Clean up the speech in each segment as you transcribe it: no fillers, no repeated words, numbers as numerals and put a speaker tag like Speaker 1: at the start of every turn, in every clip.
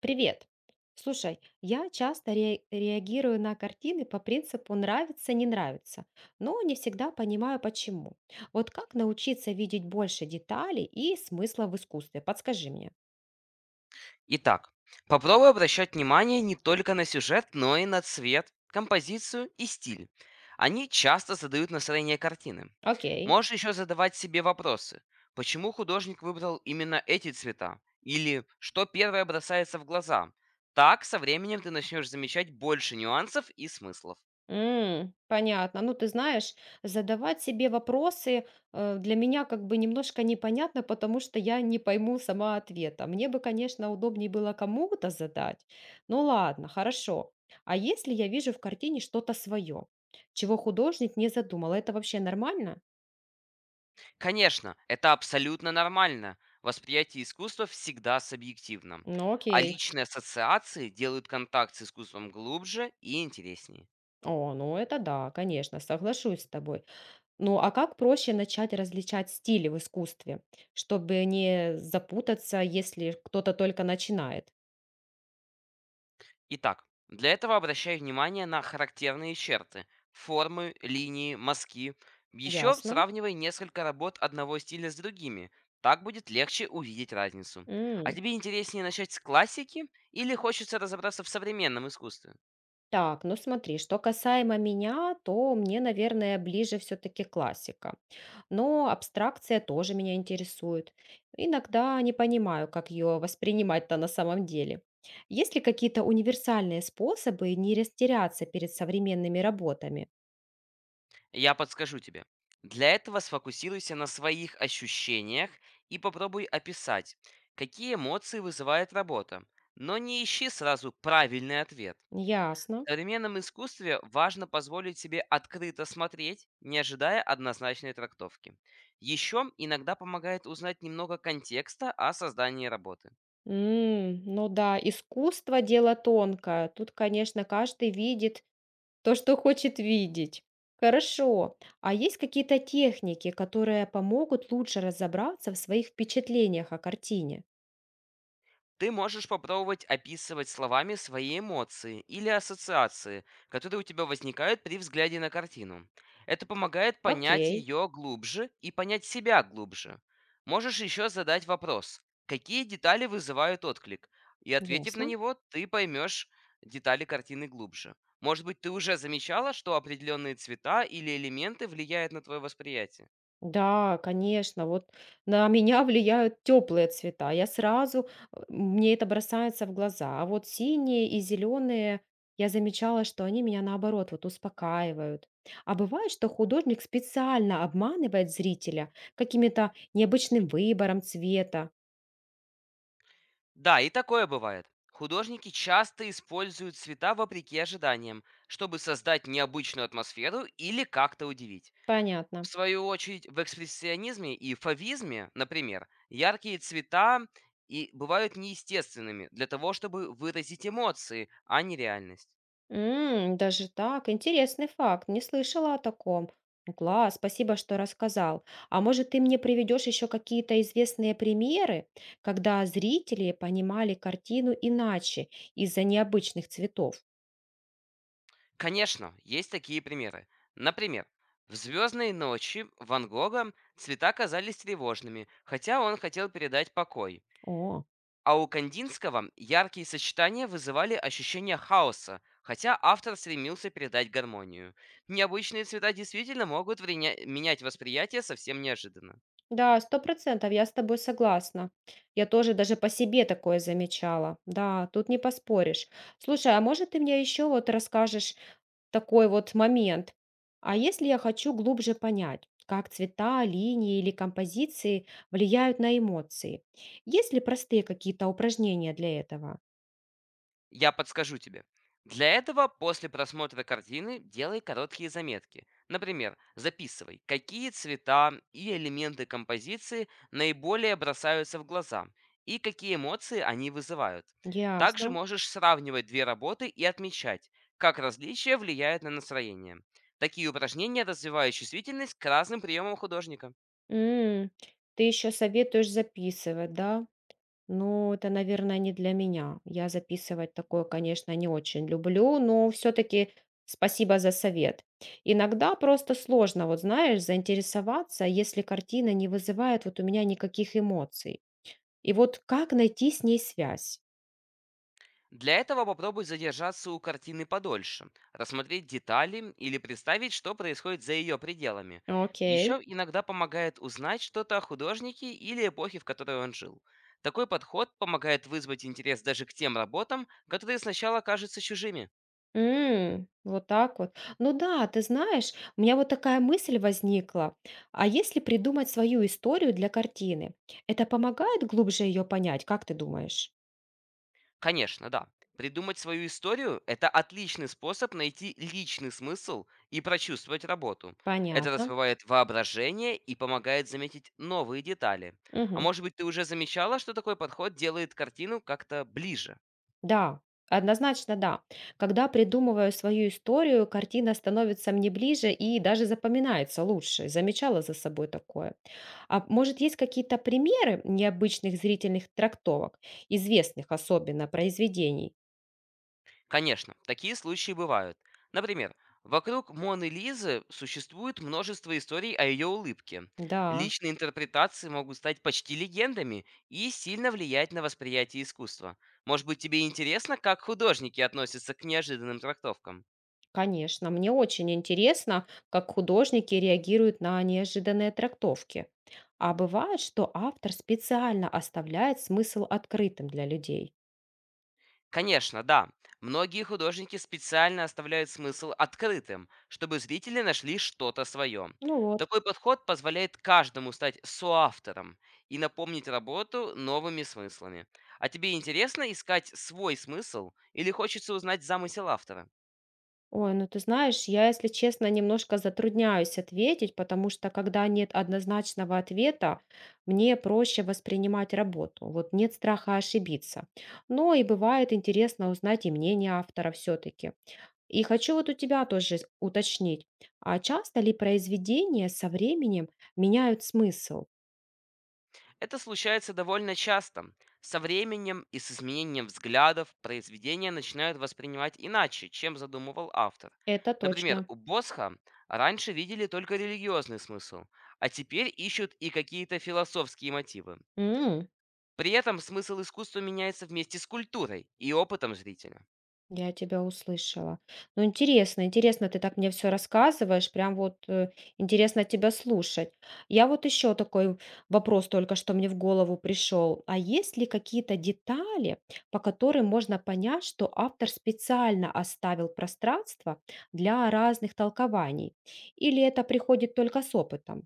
Speaker 1: Привет. Слушай, я часто реагирую на картины по принципу нравится, не нравится, но не всегда понимаю почему. Вот как научиться видеть больше деталей и смысла в искусстве? Подскажи мне.
Speaker 2: Итак, попробуй обращать внимание не только на сюжет, но и на цвет, композицию и стиль. Они часто задают настроение картины.
Speaker 1: Окей.
Speaker 2: Можешь еще задавать себе вопросы. Почему художник выбрал именно эти цвета? Или что первое бросается в глаза? Так, со временем ты начнешь замечать больше нюансов и смыслов.
Speaker 1: М, понятно. Ну, ты знаешь, задавать себе вопросы для меня как бы немножко непонятно, потому что я не пойму сама ответа. Мне бы, конечно, удобнее было кому-то задать. Ну ладно, хорошо. А если я вижу в картине что-то свое, чего художник не задумал, это вообще нормально?
Speaker 2: Конечно, это абсолютно нормально. Восприятие искусства всегда субъективно,
Speaker 1: Ну
Speaker 2: а
Speaker 1: окей.
Speaker 2: личные ассоциации делают контакт с искусством глубже и интереснее.
Speaker 1: О, ну это да, конечно, соглашусь с тобой. Ну а как проще начать различать стили в искусстве, чтобы не запутаться, если кто-то только начинает?
Speaker 2: Итак, для этого обращаю внимание на характерные черты, формы, линии, мазки. Еще
Speaker 1: Ясно.
Speaker 2: сравнивай несколько работ одного стиля с другими. Так будет легче увидеть разницу. А
Speaker 1: М.
Speaker 2: тебе интереснее начать с классики или хочется разобраться в современном искусстве?
Speaker 1: Так, ну смотри, что касаемо меня, то мне, наверное, ближе все-таки классика. Но абстракция тоже меня интересует. Иногда не понимаю, как ее воспринимать-то на самом деле. Есть ли какие-то универсальные способы не растеряться перед современными работами?
Speaker 2: Я подскажу тебе. Для этого сфокусируйся на своих ощущениях и попробуй описать, какие эмоции вызывает работа. Но не ищи сразу правильный ответ.
Speaker 1: Ясно.
Speaker 2: В современном искусстве важно позволить себе открыто смотреть, не ожидая однозначной трактовки. Еще иногда помогает узнать немного контекста о создании работы.
Speaker 1: М, ну да, искусство — дело тонкое. Тут, конечно, каждый видит то, что хочет видеть. Хорошо. А есть какие-то техники, которые помогут лучше разобраться в своих впечатлениях о картине?
Speaker 2: Ты можешь попробовать описывать словами свои эмоции или ассоциации, которые у тебя возникают при взгляде на картину. Это помогает понять
Speaker 1: Окей,
Speaker 2: ее глубже и понять себя глубже. Можешь еще задать вопрос, какие детали вызывают отклик, и, ответив на
Speaker 1: ясно.
Speaker 2: него, ты поймешь детали картины глубже. Может быть, ты уже замечала, что определенные цвета или элементы влияют на твое восприятие?
Speaker 1: Да, конечно. Вот на меня влияют теплые цвета. Я сразу, мне это бросается в глаза. А вот синие и зеленые, я замечала, что они меня наоборот вот успокаивают. А бывает, что художник специально обманывает зрителя каким-то необычным выбором цвета.
Speaker 2: Да, и такое бывает. Художники часто используют цвета вопреки ожиданиям, чтобы создать необычную атмосферу или как-то удивить. В
Speaker 1: Понятно.
Speaker 2: свою очередь, в экспрессионизме и фавизме, например, яркие цвета и бывают неестественными для того, чтобы выразить эмоции, а не реальность.
Speaker 1: М, даже так, интересный факт, не слышала о таком. Ну, класс, спасибо, что рассказал. А может, ты мне приведешь еще какие-то известные примеры, когда зрители понимали картину иначе из-за необычных цветов?
Speaker 2: Конечно, есть такие примеры. Например, в «Звездные ночи» Ван Гога цвета казались тревожными, хотя он хотел передать покой.
Speaker 1: О,
Speaker 2: А у Кандинского яркие сочетания вызывали ощущение хаоса, хотя автор стремился передать гармонию. Необычные цвета действительно могут менять восприятие совсем неожиданно.
Speaker 1: да, 100%, я с тобой согласна. Я тоже даже по себе такое замечала. Да, тут не поспоришь. Слушай, а может, ты мне еще вот расскажешь такой вот момент. А если я хочу глубже понять, как цвета, линии или композиции влияют на эмоции? Есть ли простые какие-то упражнения для этого?
Speaker 2: Я подскажу тебе. Для этого после просмотра картины делай короткие заметки. Например, записывай, какие цвета и элементы композиции наиболее бросаются в глаза и какие эмоции они вызывают. Также
Speaker 1: Ясно.
Speaker 2: можешь сравнивать две работы и отмечать, как различия влияют на настроение. Такие упражнения развивают чувствительность к разным приемам художника.
Speaker 1: М, ты еще советуешь записывать, да? Ну, это, наверное, не для меня. Я записывать такое, конечно, не очень люблю, но все-таки спасибо за совет. Иногда просто сложно, вот знаешь, заинтересоваться, если картина не вызывает вот у меня никаких эмоций. И вот как найти с ней связь?
Speaker 2: Для этого попробуй задержаться у картины подольше, рассмотреть детали или представить, что происходит за ее пределами.
Speaker 1: Окей.
Speaker 2: Еще иногда помогает узнать что-то о художнике или эпохе, в которой он жил. Такой подход помогает вызвать интерес даже к тем работам, которые сначала кажутся чужими.
Speaker 1: М, вот так вот. Ну да, ты знаешь, у меня вот такая мысль возникла. А если придумать свою историю для картины, это помогает глубже ее понять, как ты думаешь?
Speaker 2: Конечно, да. Придумать свою историю – это отличный способ найти личный смысл и прочувствовать работу. Это
Speaker 1: Понятно.
Speaker 2: развивает воображение и помогает заметить новые детали. А
Speaker 1: Мгм.
Speaker 2: может быть, ты уже замечала, что такой подход делает картину как-то ближе?
Speaker 1: Да, однозначно да. Когда придумываю свою историю, картина становится мне ближе и даже запоминается лучше. Замечала за собой такое. А может, есть какие-то примеры необычных зрительных трактовок, известных особенно произведений?
Speaker 2: Конечно, такие случаи бывают. Например, вокруг Моны Лизы существует множество историй о ее улыбке.
Speaker 1: Да,
Speaker 2: Личные интерпретации могут стать почти легендами и сильно влиять на восприятие искусства. Может быть, тебе интересно, как художники относятся к неожиданным трактовкам?
Speaker 1: конечно. Мне очень интересно, как художники реагируют на неожиданные трактовки. А бывает, что автор специально оставляет смысл открытым для людей.
Speaker 2: Конечно, да. Многие художники специально оставляют смысл открытым, чтобы зрители нашли что-то свое.
Speaker 1: Ну вот.
Speaker 2: Такой подход позволяет каждому стать соавтором и напомнить работу новыми смыслами. А тебе интересно искать свой смысл или хочется узнать замысел автора?
Speaker 1: Ой, ну ты знаешь, я, если честно, немножко затрудняюсь ответить, потому что когда нет однозначного ответа, мне проще воспринимать работу. Вот нет страха ошибиться. Но и бывает интересно узнать и мнение автора все-таки. И хочу вот у тебя тоже уточнить, а часто ли произведения со временем меняют смысл?
Speaker 2: Это случается довольно часто. Со временем и с изменением взглядов произведения начинают воспринимать иначе, чем задумывал автор.
Speaker 1: Это
Speaker 2: Например,
Speaker 1: точно.
Speaker 2: у Босха раньше видели только религиозный смысл, а теперь ищут и какие-то философские мотивы. При этом смысл искусства меняется вместе с культурой и опытом зрителя.
Speaker 1: Я тебя услышала. Ну, интересно, интересно, ты так мне все рассказываешь, прям вот интересно тебя слушать. Я вот еще такой вопрос только что мне в голову пришел. А есть ли какие-то детали, по которым можно понять, что автор специально оставил пространство для разных толкований? Или это приходит только с опытом?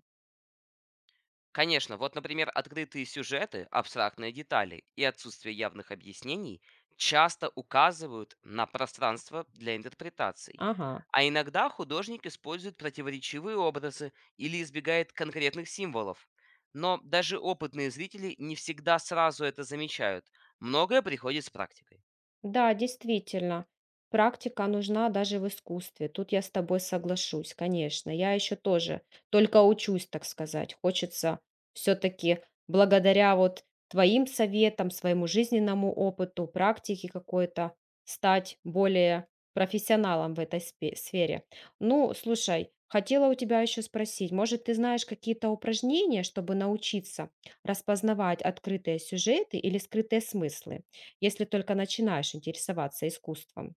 Speaker 2: Конечно, вот, например, открытые сюжеты, абстрактные детали и отсутствие явных объяснений часто указывают на пространство для интерпретаций.
Speaker 1: Ага.
Speaker 2: А иногда художник использует противоречивые образы или избегает конкретных символов. Но даже опытные зрители не всегда сразу это замечают. Многое приходит с практикой.
Speaker 1: Да, действительно, практика нужна даже в искусстве. Тут я с тобой соглашусь, конечно. Я еще тоже только учусь, так сказать. Хочется все-таки благодаря вот твоим советам, своему жизненному опыту, практике какой-то стать более профессионалом в этой сфере. Ну, слушай, хотела у тебя еще спросить, может, ты знаешь какие-то упражнения, чтобы научиться распознавать открытые сюжеты или скрытые смыслы? Если только начинаешь интересоваться искусством.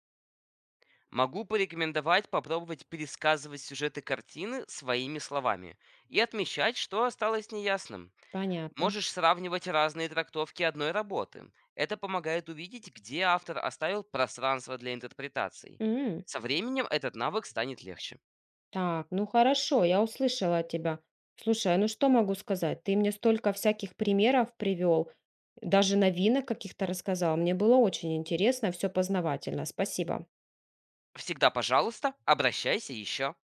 Speaker 2: Могу порекомендовать попробовать пересказывать сюжеты картины своими словами и отмечать, что осталось неясным.
Speaker 1: Понятно.
Speaker 2: Можешь сравнивать разные трактовки одной работы. Это помогает увидеть, где автор оставил пространство для интерпретаций.
Speaker 1: М.
Speaker 2: Со временем этот навык станет легче.
Speaker 1: Так, ну хорошо, я услышала от тебя. Слушай, а ну что могу сказать? Ты мне столько всяких примеров привел, даже новинок каких-то рассказал. Мне было очень интересно, все познавательно. Спасибо.
Speaker 2: Всегда пожалуйста, обращайся еще.